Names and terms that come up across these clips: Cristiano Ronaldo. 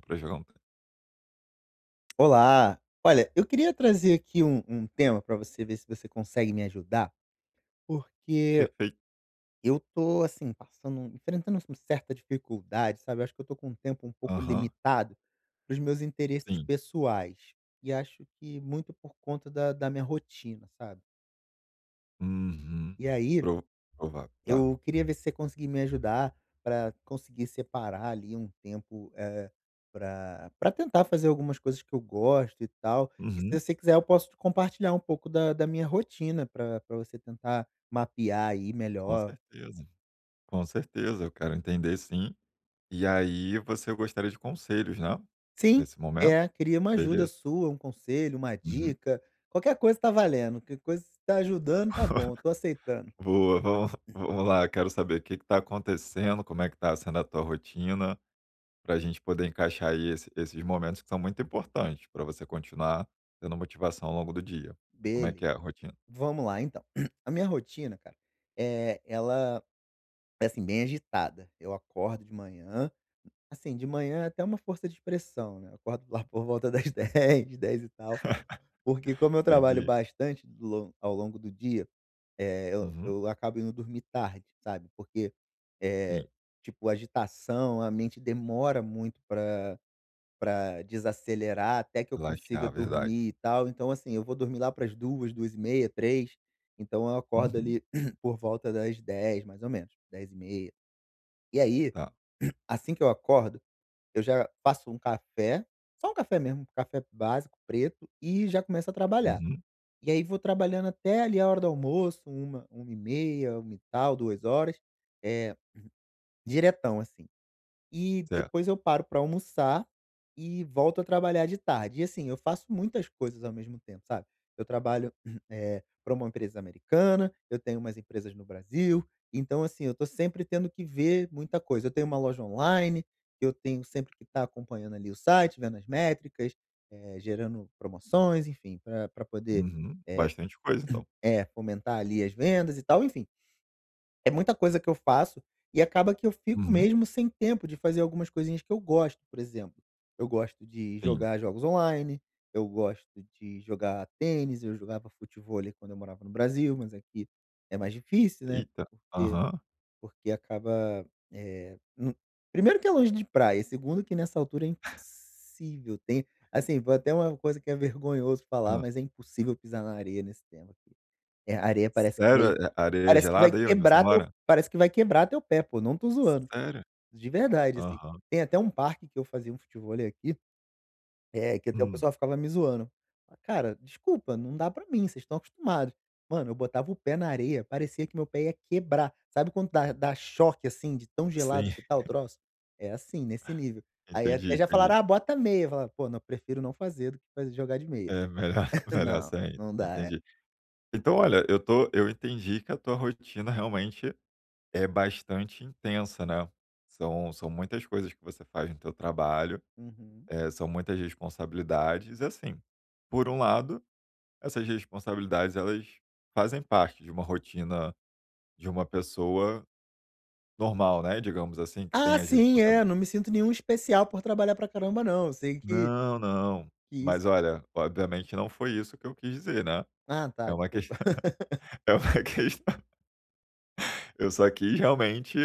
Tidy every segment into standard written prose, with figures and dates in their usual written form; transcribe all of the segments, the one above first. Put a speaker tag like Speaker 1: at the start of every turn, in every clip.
Speaker 1: Pra jogar um tênis.
Speaker 2: Olá! Olha, eu queria trazer aqui um tema para você ver se você consegue me ajudar, porque
Speaker 1: Perfeito.
Speaker 2: eu tô assim passando, enfrentando uma certa dificuldade, sabe? Eu acho que eu tô com um tempo um pouco
Speaker 1: Aham,
Speaker 2: limitado para os meus interesses
Speaker 1: sim.
Speaker 2: pessoais e acho que muito por conta da minha rotina, sabe?
Speaker 1: Uhum.
Speaker 2: E aí
Speaker 1: Pro Provável, tá.
Speaker 2: eu queria ver se você conseguir me ajudar para conseguir separar ali um tempo, pra tentar fazer algumas coisas que eu gosto e tal. E
Speaker 1: Uhum,
Speaker 2: se você quiser eu posso compartilhar um pouco da minha rotina para pra você tentar mapear aí
Speaker 1: com
Speaker 2: melhor.
Speaker 1: certeza, com certeza, eu quero entender sim. E aí você gostaria de conselhos, né,
Speaker 2: Sim,
Speaker 1: nesse momento?
Speaker 2: é, queria uma ajuda
Speaker 1: Beleza.
Speaker 2: sua, um conselho, uma
Speaker 1: Uhum.
Speaker 2: dica, qualquer coisa tá valendo, que coisa se tá ajudando tá bom, tô aceitando.
Speaker 1: Boa, vamos lá, quero saber o que que tá acontecendo, como é que tá sendo a tua rotina, pra gente poder encaixar aí esses momentos que são muito importantes pra você continuar tendo motivação ao longo do dia. Como é
Speaker 2: Beleza,
Speaker 1: que é a rotina?
Speaker 2: vamos lá então. A minha rotina, cara, é ela é assim, bem agitada. Eu acordo de manhã, assim, de manhã é até uma força de expressão, né, eu acordo lá por volta das dez e tal, porque como eu trabalho
Speaker 1: Entendi.
Speaker 2: bastante do lon ao longo do dia, eu
Speaker 1: Uhum,
Speaker 2: eu acabo indo dormir tarde, sabe, porque,
Speaker 1: sim.
Speaker 2: eh, tipo, agitação, a mente demora muito para desacelerar até que eu consiga
Speaker 1: Relaxar, verdade.
Speaker 2: dormir e tal. Então, assim, eu vou dormir lá para as duas, duas e meia, três, então eu acordo
Speaker 1: Uhum,
Speaker 2: ali por volta das 10 mais ou menos, dez e meia, e aí,
Speaker 1: tá.
Speaker 2: assim que eu acordo, eu já faço um café, só um café mesmo, um café básico, preto, e já começo a trabalhar.
Speaker 1: Uhum,
Speaker 2: E aí vou trabalhando até ali a hora do almoço, uma e meia, uma e tal, 2 horas, eh, diretão assim. E
Speaker 1: certo.
Speaker 2: depois eu paro para almoçar e volto a trabalhar de tarde. E assim, eu faço muitas coisas ao mesmo tempo, sabe? Eu trabalho para uma empresa americana, eu tenho umas empresas no Brasil, então assim, eu tô sempre tendo que ver muita coisa. Eu tenho uma loja online, eu tenho sempre que estar acompanhando ali o site, vendo as métricas, gerando promoções, enfim, para pra poder,
Speaker 1: Uhum,
Speaker 2: eh
Speaker 1: bastante coisa então.
Speaker 2: é, fomentar ali as vendas e tal, enfim. É muita coisa que eu faço, e acaba que eu fico
Speaker 1: Uhum,
Speaker 2: mesmo sem tempo de fazer algumas coisinhas que eu gosto. Por exemplo, eu gosto de
Speaker 1: sim.
Speaker 2: jogar jogos online, eu gosto de jogar tênis, eu jogava futevôlei quando eu morava no Brasil, mas aqui é mais difícil, né,
Speaker 1: Eita.
Speaker 2: porque
Speaker 1: Aham.
Speaker 2: acaba, eh, hum, primeiro que é longe de praia, e segundo que nessa altura é impossível. Tem assim, vou até uma coisa que é vergonhoso falar,
Speaker 1: Hã.
Speaker 2: mas é impossível pisar na areia nesse tempo. É, a areia
Speaker 1: Sério? É areia gelada aí onde você mora?
Speaker 2: parece que vai quebrar teu pé, pô, não tô zoando,
Speaker 1: Sério?
Speaker 2: de verdade, assim.
Speaker 1: Aham.
Speaker 2: Tem até um parque que eu fazia um futevôlei aqui, que até o
Speaker 1: Hum,
Speaker 2: pessoal ficava me zoando. Fala: "Cara, desculpa, não dá pra mim, vocês estão acostumados". Mano, eu botava o pé na areia, parecia que meu pé ia quebrar. Sabe quando dá choque, assim, de tão gelado
Speaker 1: sim,
Speaker 2: que tá o troço? É assim, nesse nível. Aí até
Speaker 1: entendi,
Speaker 2: já falaram:
Speaker 1: entendi.
Speaker 2: "Ah, bota meia". Eu falava: "Pô, não, prefiro não fazer do que fazer jogar de meia".
Speaker 1: É melhor melhor
Speaker 2: Não,
Speaker 1: sem,
Speaker 2: não dá, é.
Speaker 1: entendi. Então olha, eu entendi que a tua rotina realmente é bastante intensa, né. São muitas coisas que você faz no teu trabalho,
Speaker 2: Uhum.
Speaker 1: são muitas responsabilidades e assim, por um lado. Essas responsabilidades, elas fazem parte de uma rotina de uma pessoa normal, né, digamos assim, que tem
Speaker 2: Ah,
Speaker 1: as
Speaker 2: sim,
Speaker 1: responsabil
Speaker 2: é. Não me sinto nenhum especial por trabalhar pra caramba não, eu sei que
Speaker 1: Não, não.
Speaker 2: isso.
Speaker 1: Mas olha, obviamente não foi isso que eu quis dizer, né.
Speaker 2: Ah,
Speaker 1: É
Speaker 2: tá,
Speaker 1: uma ques
Speaker 2: desculpa.
Speaker 1: É uma questão, eu só quis realmente,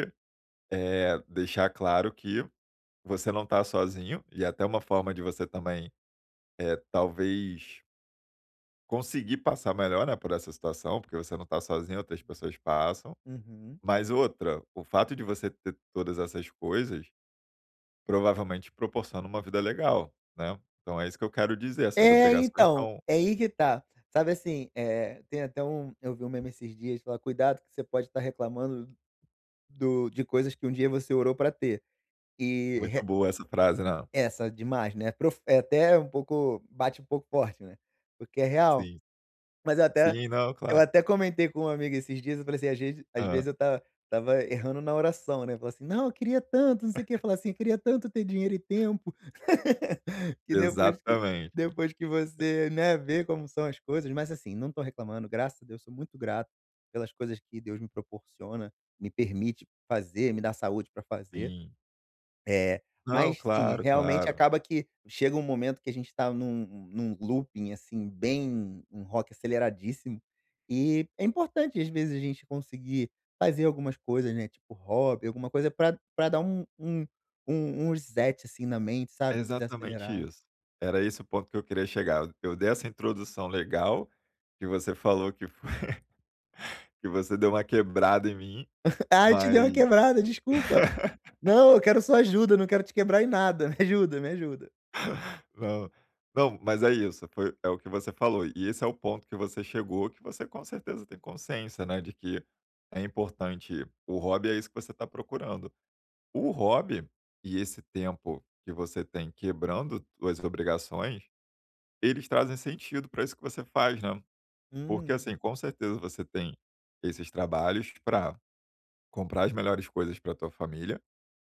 Speaker 1: é deixar claro que você não está sozinho e até uma forma de você também, é talvez conseguir passar melhor, né, por essa situação, porque você não está sozinho, outras pessoas passam.
Speaker 2: Uhum.
Speaker 1: Mas outra, o fato de você ter todas essas coisas, provavelmente proporciona uma vida legal, né. Então é isso que eu quero dizer, essas
Speaker 2: É,
Speaker 1: obrigações
Speaker 2: então,
Speaker 1: são
Speaker 2: é aí que tá. Sabe assim, é, tem até um, eu vi um meme esses dias, falar: "Cuidado que você pode estar reclamando do de coisas que um dia você orou pra ter". E
Speaker 1: muito
Speaker 2: re
Speaker 1: boa essa frase, não?
Speaker 2: Essa demais, né, é prof é até um pouco, bate um pouco forte, né, porque é real.
Speaker 1: Sim.
Speaker 2: Mas eu até,
Speaker 1: Sim, não, claro.
Speaker 2: comentei com uma amiga esses dias, eu falei assim, às
Speaker 1: Hã.
Speaker 2: vezes eu tava estava errando na oração, né, falar assim: "Não, eu queria tanto, não sei o quê", falar assim: "Eu queria tanto ter dinheiro e tempo", que depois que
Speaker 1: Exatamente.
Speaker 2: depois que você, né, vê como são as coisas. Mas assim, não tô reclamando, graças a Deus, sou muito grato pelas coisas que Deus me proporciona, me permite fazer, me dá saúde para fazer.
Speaker 1: Sim.
Speaker 2: É,
Speaker 1: Não,
Speaker 2: mas sim,
Speaker 1: claro,
Speaker 2: realmente
Speaker 1: claro.
Speaker 2: acaba que chega um momento que a gente tá num looping, assim, bem um rock aceleradíssimo, e é importante às vezes a gente conseguir fazer algumas coisas, né, tipo hobby, alguma coisa pra dar um reset, assim, na mente,
Speaker 1: É
Speaker 2: sabe,
Speaker 1: exatamente
Speaker 2: desacelerar.
Speaker 1: isso. Era esse o ponto que eu queria chegar. Eu dei essa introdução legal, que você falou que foi que você deu uma quebrada em mim,
Speaker 2: Ah, te
Speaker 1: mas
Speaker 2: deu uma quebrada, desculpa. Não, eu quero sua ajuda, não quero te quebrar em nada, me ajuda, me ajuda.
Speaker 1: Não. Não, mas é isso, foi é o que você falou, e esse é o ponto que você chegou, que você com certeza tem consciência, né, de que é importante, o hobby é isso que você está procurando. O hobby e esse tempo que você tem quebrando suas obrigações, eles trazem sentido para isso que você faz, né. Porque,
Speaker 2: Uhum.
Speaker 1: assim, com certeza você tem esses trabalhos para comprar as melhores coisas para tua família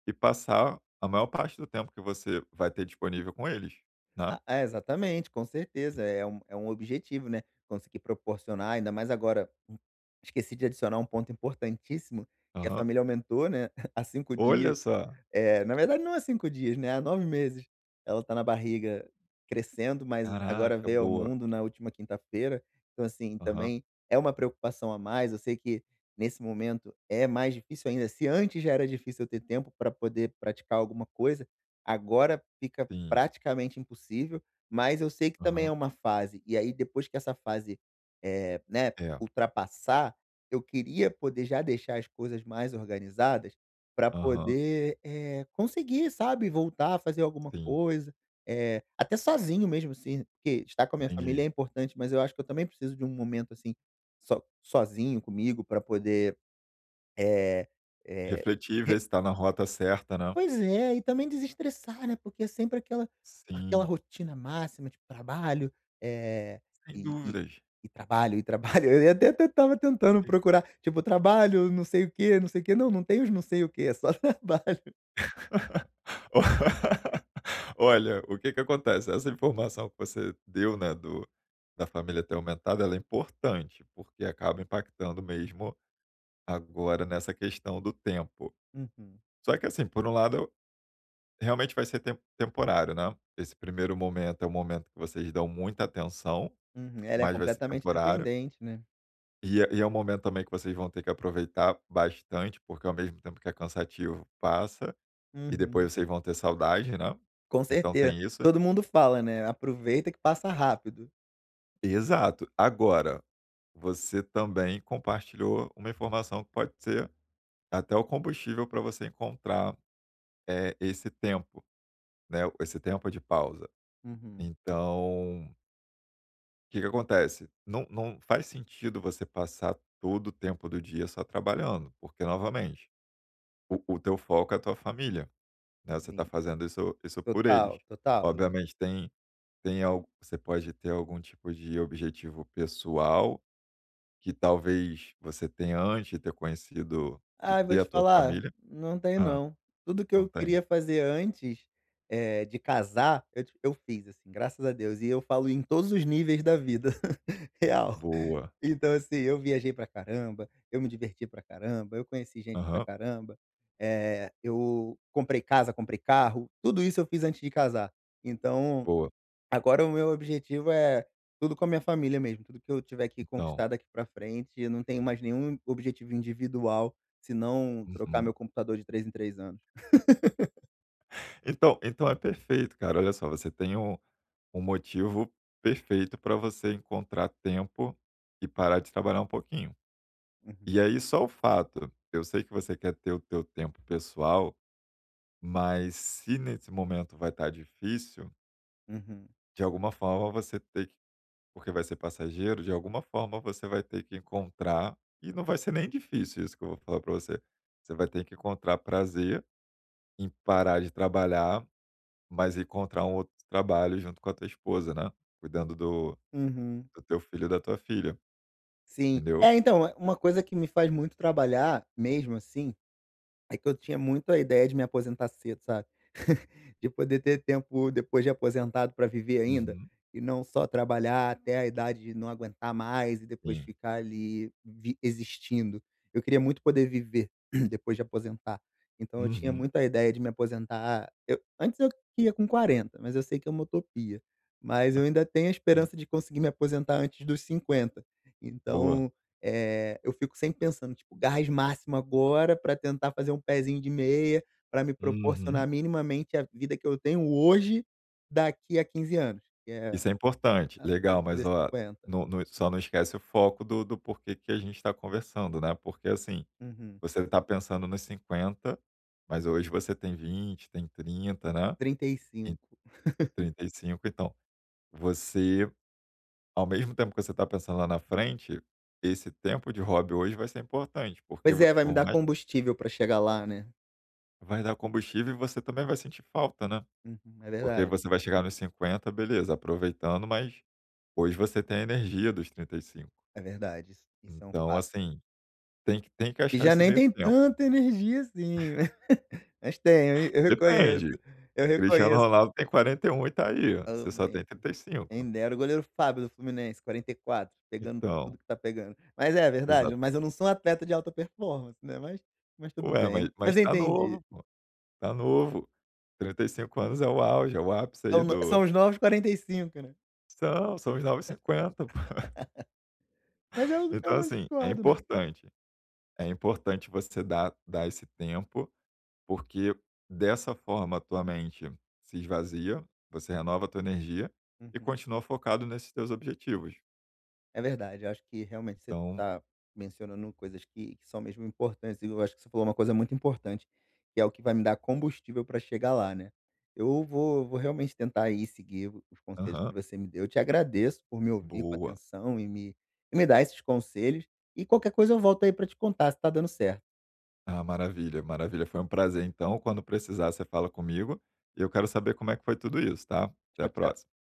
Speaker 1: e passar a maior parte do tempo que você vai ter disponível com eles, né.
Speaker 2: Ah, é, exatamente, com certeza. É um objetivo, né? Conseguir proporcionar, ainda mais agora. Esqueci de adicionar um ponto importantíssimo, que a
Speaker 1: Aham.
Speaker 2: família aumentou, né? Há cinco
Speaker 1: Olha
Speaker 2: dias.
Speaker 1: só.
Speaker 2: É, na verdade, não há 5 dias, né? Há 9 meses. Ela tá na barriga crescendo, mas agora
Speaker 1: Caraca,
Speaker 2: veio ao
Speaker 1: boa.
Speaker 2: mundo na última quinta-feira. Então, assim,
Speaker 1: Aham,
Speaker 2: também é uma preocupação a mais. Eu sei que nesse momento é mais difícil ainda. Se antes já era difícil eu ter tempo para poder praticar alguma coisa, agora fica
Speaker 1: sim.
Speaker 2: praticamente impossível, mas eu sei que também
Speaker 1: Aham.
Speaker 2: é uma fase. E aí depois que essa fase, eh, né,
Speaker 1: É.
Speaker 2: ultrapassar, eu queria poder já deixar as coisas mais organizadas para
Speaker 1: Aham,
Speaker 2: poder, conseguir, sabe, voltar a fazer alguma
Speaker 1: sim,
Speaker 2: coisa, até sozinho mesmo, assim, porque estar com a minha
Speaker 1: entendi.
Speaker 2: família é importante, mas eu acho que eu também preciso de um momento, assim, sozinho comigo para poder, eh eh,
Speaker 1: Refletir, ver se tá na rota certa, né.
Speaker 2: Pois é, e também desestressar, né, porque é sempre aquela
Speaker 1: Sim,
Speaker 2: rotina máxima de trabalho, é
Speaker 1: sem
Speaker 2: e e
Speaker 1: dúvidas.
Speaker 2: e trabalho, e trabalho. Eu ia, até tava tentando
Speaker 1: Sim.
Speaker 2: procurar, tipo, trabalho, não sei o quê, não sei o quê. Não, não tem os não sei o quê, é só trabalho.
Speaker 1: O Olha, o que que acontece, essa informação que você deu, né, do da família ter aumentado, ela é importante, porque acaba impactando mesmo agora nessa questão do tempo.
Speaker 2: Uhum,
Speaker 1: Só que assim, por um lado. Realmente vai ser temporário, né. Esse primeiro momento é um momento que vocês dão muita atenção,
Speaker 2: uhum. Ela é
Speaker 1: mas vai ser
Speaker 2: completamente
Speaker 1: temporário.
Speaker 2: dependente, né.
Speaker 1: E é um momento também que vocês vão ter que aproveitar bastante, porque ao mesmo tempo que é cansativo, passa, e
Speaker 2: Uhum.
Speaker 1: depois vocês vão ter saudade, né.
Speaker 2: Com
Speaker 1: Então
Speaker 2: certeza.
Speaker 1: tem isso.
Speaker 2: Todo mundo fala, né: "Aproveita que passa rápido".
Speaker 1: Exato. Agora, você também compartilhou uma informação que pode ser até o combustível para você encontrar, esse tempo, né, esse tempo de pausa.
Speaker 2: Uhum.
Speaker 1: Então. Que acontece? Não faz sentido você passar todo o tempo do dia só trabalhando, porque novamente, o teu foco é a tua família, né, você está
Speaker 2: Sim.
Speaker 1: fazendo isso por eles.
Speaker 2: Total, total.
Speaker 1: Obviamente tem algo, você pode ter algum tipo de objetivo pessoal, que talvez você tenha antes de ter conhecido, de
Speaker 2: Ah, vou
Speaker 1: ter a
Speaker 2: te
Speaker 1: tua
Speaker 2: falar,
Speaker 1: família.
Speaker 2: não tem
Speaker 1: Ah,
Speaker 2: não. Tudo que
Speaker 1: não
Speaker 2: eu
Speaker 1: tem.
Speaker 2: queria fazer antes, de casar, eu fiz, assim, graças a Deus, e eu falo em todos os níveis da vida, real.
Speaker 1: Boa.
Speaker 2: Então, assim, eu viajei pra caramba, eu me diverti pra caramba, eu conheci gente pra
Speaker 1: Aham.
Speaker 2: caramba, eu comprei casa, comprei carro, tudo isso eu fiz antes de casar. Então,
Speaker 1: Boa.
Speaker 2: agora o meu objetivo é tudo com a minha família mesmo, tudo que eu tiver que
Speaker 1: Então
Speaker 2: conquistar daqui pra frente, eu não tenho mais nenhum objetivo individual, senão trocar
Speaker 1: uhum.
Speaker 2: meu computador de três em 3 anos.
Speaker 1: Então é perfeito, cara, olha só, você tem um motivo perfeito para você encontrar tempo e parar de trabalhar um pouquinho.
Speaker 2: Uhum,
Speaker 1: E aí só o fato, eu sei que você quer ter o teu tempo pessoal, mas se nesse momento vai estar difícil,
Speaker 2: uhum,
Speaker 1: de alguma forma você tem que, porque vai ser passageiro, de alguma forma você vai ter que encontrar, e não vai ser nem difícil isso que eu vou falar para você. Você vai ter que encontrar prazer em parar de trabalhar, mas encontrar um outro trabalho junto com a tua esposa, né? Cuidando do,
Speaker 2: uhum,
Speaker 1: do teu filho e da tua filha.
Speaker 2: sim.
Speaker 1: Entendeu?
Speaker 2: É, então, é uma coisa que me faz muito trabalhar mesmo assim, é que eu tinha muito a ideia de me aposentar cedo, sabe. De poder ter tempo depois de aposentado para viver ainda,
Speaker 1: Uhum.
Speaker 2: e não só trabalhar até a idade de não aguentar mais e depois
Speaker 1: Sim.
Speaker 2: ficar ali vi existindo. Eu queria muito poder viver depois de aposentar, então eu tinha
Speaker 1: Uhum.
Speaker 2: muito a ideia de me aposentar, eu antes eu ia com 40, mas eu sei que é uma utopia, mas eu ainda tenho a
Speaker 1: Sim.
Speaker 2: esperança de conseguir me aposentar antes dos 50.
Speaker 1: Boa.
Speaker 2: Então, eu fico sempre pensando, tipo, gás máximo agora para tentar fazer um pezinho de meia, para me
Speaker 1: Uhum.
Speaker 2: proporcionar minimamente a vida que eu tenho hoje, daqui a 15 anos, que é
Speaker 1: Isso é importante.
Speaker 2: até
Speaker 1: Legal, mas
Speaker 2: fazer
Speaker 1: ó,
Speaker 2: 50.
Speaker 1: não só não esquece o foco do porquê que a gente está conversando, né, porque, assim,
Speaker 2: Uhum.
Speaker 1: você está pensando nos 50, mas hoje você tem 20, tem 30, né,
Speaker 2: trinta e
Speaker 1: Em
Speaker 2: cinco.
Speaker 1: 35. Então, você ao mesmo tempo que você está pensando lá na frente, esse tempo de hobby hoje vai ser importante, porque
Speaker 2: Pois
Speaker 1: vo
Speaker 2: é, vai me
Speaker 1: por
Speaker 2: dar
Speaker 1: mais
Speaker 2: combustível para chegar lá, né.
Speaker 1: vai dar combustível e você também vai sentir falta, né?
Speaker 2: Uhum,
Speaker 1: Porque você vai chegar nos 50, beleza, aproveitando, mas hoje você tem a energia dos 35.
Speaker 2: é verdade, isso é um
Speaker 1: Então,
Speaker 2: fato.
Speaker 1: assim, tem que
Speaker 2: E
Speaker 1: achar
Speaker 2: já
Speaker 1: esse
Speaker 2: nem
Speaker 1: meio
Speaker 2: tem
Speaker 1: tempo.
Speaker 2: tanta energia assim, né? Mas tem, eu reconheço,
Speaker 1: Depende,
Speaker 2: eu
Speaker 1: Cristiano
Speaker 2: reconheço.
Speaker 1: Ronaldo tem 41, e tá aí. Ó,
Speaker 2: Oh,
Speaker 1: você só tem 35.
Speaker 2: quem dera, o goleiro Fábio do Fluminense, 44, pegando
Speaker 1: Então,
Speaker 2: tudo que tá pegando. Mas é verdade,
Speaker 1: exato.
Speaker 2: mas eu não sou um atleta de alta performance, né, mas tudo
Speaker 1: Ué, mas
Speaker 2: bem.
Speaker 1: mas
Speaker 2: Mas eu
Speaker 1: tá novo,
Speaker 2: entendi,
Speaker 1: pô, tá novo. 35 anos é o auge, é o ápice
Speaker 2: é o
Speaker 1: aí
Speaker 2: no
Speaker 1: do
Speaker 2: são os novos 45, né.
Speaker 1: são os novos 50. Pô.
Speaker 2: Mas eu
Speaker 1: Então,
Speaker 2: não
Speaker 1: assim,
Speaker 2: discordo não.
Speaker 1: é importante você dar esse tempo. Porque dessa forma a tua mente se esvazia, você renova a tua energia e
Speaker 2: Uhum.
Speaker 1: continua focado nesses teus objetivos.
Speaker 2: É verdade, eu acho que realmente você
Speaker 1: Então,
Speaker 2: está mencionando coisas que são mesmo importantes, e eu acho que você falou uma coisa muito importante, que é o que vai me dar combustível para chegar lá, né. Eu vou Vou realmente tentar aí seguir os conselhos que
Speaker 1: aham,
Speaker 2: você me deu. Eu te agradeço por me ouvir com
Speaker 1: boa.
Speaker 2: atenção e me dar esses conselhos, e qualquer coisa eu volto aí para te contar se está dando certo.
Speaker 1: Ah, maravilha, maravilha. Foi um prazer então. Quando precisar, você fala comigo. E eu quero saber como é que foi tudo isso, tá? Até a
Speaker 2: Tchau, tchau.
Speaker 1: próxima.